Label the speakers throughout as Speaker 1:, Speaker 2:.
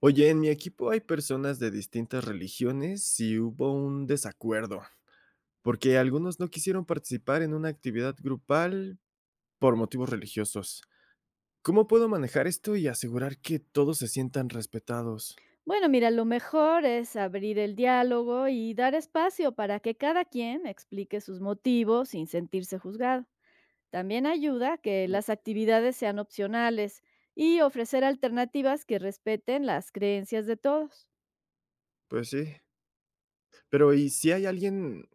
Speaker 1: Oye, en mi equipo hay personas de distintas religiones y hubo un desacuerdo, porque algunos no quisieron participar en una actividad grupal por motivos religiosos. ¿Cómo puedo manejar esto y asegurar que todos se sientan respetados?
Speaker 2: Bueno, mira, lo mejor es abrir el diálogo y dar espacio para que cada quien explique sus motivos sin sentirse juzgado. También ayuda que las actividades sean opcionales y ofrecer alternativas que respeten las creencias de todos.
Speaker 1: Pues sí, pero ¿y si hay alguien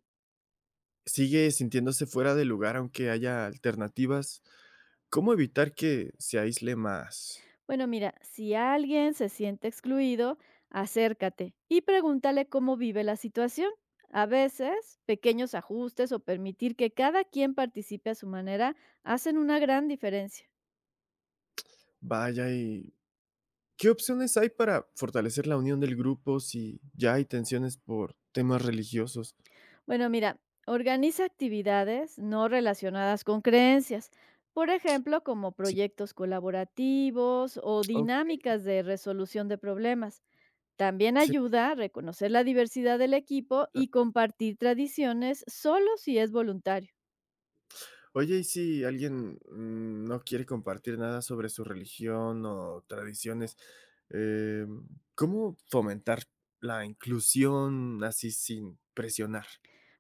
Speaker 1: sigue sintiéndose fuera de lugar aunque haya alternativas? ¿Cómo evitar que se aísle más?
Speaker 2: Bueno, mira, si alguien se siente excluido, acércate y pregúntale cómo vive la situación. A veces, pequeños ajustes o permitir que cada quien participe a su manera hacen una gran diferencia.
Speaker 1: Vaya, ¿Qué opciones hay para fortalecer la unión del grupo si ya hay tensiones por temas religiosos?
Speaker 2: Bueno, mira, organiza actividades no relacionadas con creencias, por ejemplo, como
Speaker 1: Sí,
Speaker 2: proyectos colaborativos o
Speaker 1: okey,
Speaker 2: dinámicas de resolución de problemas. También
Speaker 1: sí.
Speaker 2: ayuda a reconocer la diversidad del equipo
Speaker 1: Ah,
Speaker 2: y compartir tradiciones solo si es voluntario.
Speaker 1: oye, y si alguien, no quiere compartir nada sobre su religión o tradiciones, em, ¿cómo fomentar la inclusión así sin presionar?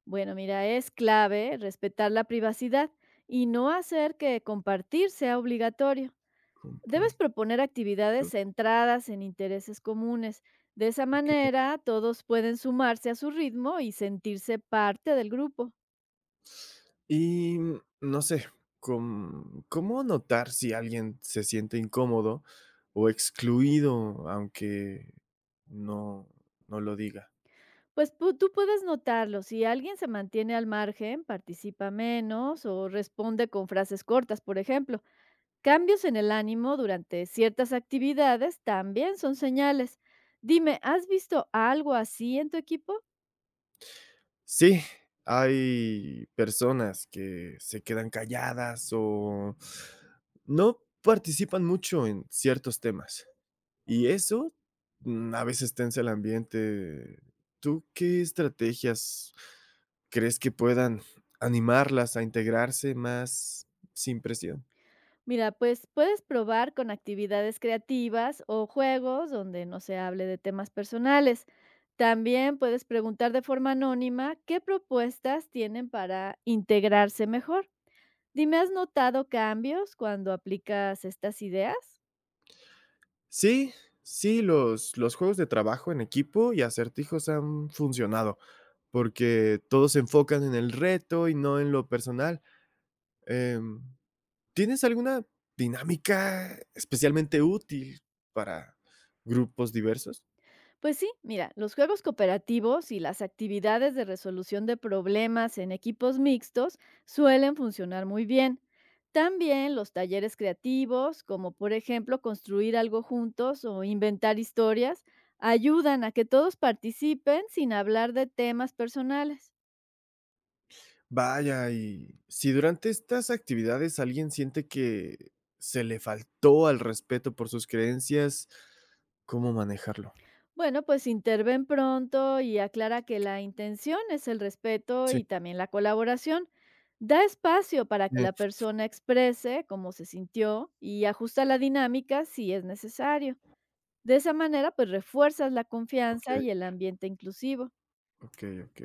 Speaker 2: Bueno, mira, es clave respetar la privacidad y no hacer que compartir sea obligatorio. Debes
Speaker 1: Compartir,
Speaker 2: proponer actividades centradas en intereses comunes. De esa
Speaker 1: okey.
Speaker 2: manera, todos pueden sumarse a su ritmo y sentirse parte del grupo.
Speaker 1: Y, no sé, com ¿cómo notar si alguien se siente incómodo o excluido, aunque no, no lo diga.
Speaker 2: Pues tú puedes notarlo, si alguien se mantiene al margen, participa menos o responde con frases cortas, por ejemplo. Cambios en el ánimo durante ciertas actividades también son señales. Dime, ¿has visto algo así en tu equipo?
Speaker 1: Sí, hay personas que se quedan calladas o no participan mucho en ciertos temas. Y eso, a veces tensa el ambiente. ¿Tú qué estrategias crees que puedan animarlas a integrarse más sin presión?
Speaker 2: Mira, pues puedes probar con actividades creativas o juegos donde no se hable de temas personales. También puedes preguntar de forma anónima qué propuestas tienen para integrarse mejor. Dime, ¿has notado cambios cuando aplicas estas ideas?
Speaker 1: Sí, sí, los juegos de trabajo en equipo y acertijos han funcionado, porque todos se enfocan en el reto y no en lo personal. Em, ¿Tienes alguna dinámica especialmente útil para grupos diversos?
Speaker 2: Pues sí, mira, los juegos cooperativos y las actividades de resolución de problemas en equipos mixtos suelen funcionar muy bien. También los talleres creativos, como por ejemplo construir algo juntos o inventar historias, ayudan a que todos participen sin hablar de temas personales.
Speaker 1: Vaya, y si durante estas actividades alguien siente que se le faltó al respeto por sus creencias, ¿cómo manejarlo?
Speaker 2: Bueno, pues interven pronto y aclara que la intención es el respeto
Speaker 1: Sí,
Speaker 2: y también la colaboración. Da espacio para que
Speaker 1: eh,
Speaker 2: la persona exprese cómo se sintió y ajusta la dinámica si es necesario. De esa manera, pues refuerzas la
Speaker 1: ok,
Speaker 2: confianza y el ambiente inclusivo.
Speaker 1: ok, ok.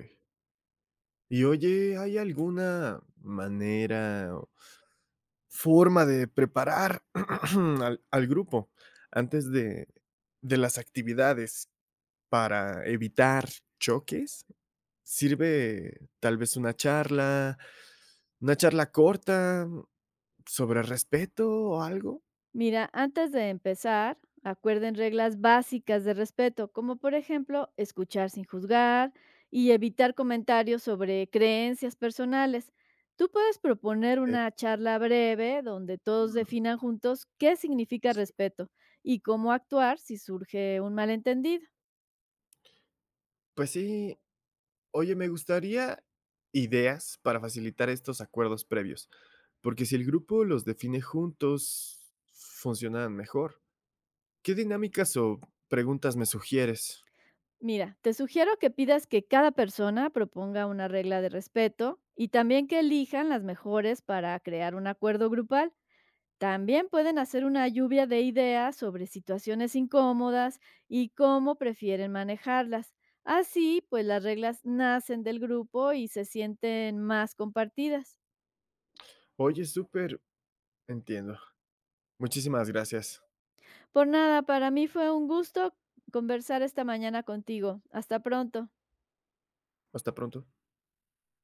Speaker 1: Y oye, ¿hay alguna manera forma de preparar al grupo antes de las actividades para evitar choques? Sirve tal vez una charla corta sobre respeto o algo.
Speaker 2: Mira, antes de empezar, acuerden reglas básicas de respeto, como por ejemplo escuchar sin juzgar y evitar comentarios sobre creencias personales. Tú puedes proponer
Speaker 1: Eh,
Speaker 2: una charla breve donde todos
Speaker 1: mm,
Speaker 2: definan juntos qué significa
Speaker 1: sí.
Speaker 2: respeto y cómo actuar si surge un malentendido.
Speaker 1: Pues sí, oye, me gustaría ideas para facilitar estos acuerdos previos, porque si el grupo los define juntos, funcionan mejor. ¿Qué dinámicas o preguntas me sugieres?
Speaker 2: Mira, te sugiero que pidas que cada persona proponga una regla de respeto y también que elijan las mejores para crear un acuerdo grupal. También pueden hacer una lluvia de ideas sobre situaciones incómodas y cómo prefieren manejarlas. Así, pues las reglas nacen del grupo y se sienten más compartidas.
Speaker 1: Oye, súper, entiendo. Muchísimas gracias.
Speaker 2: Por nada, para mí fue un gusto conversar esta mañana contigo. Hasta pronto.
Speaker 1: Hasta pronto.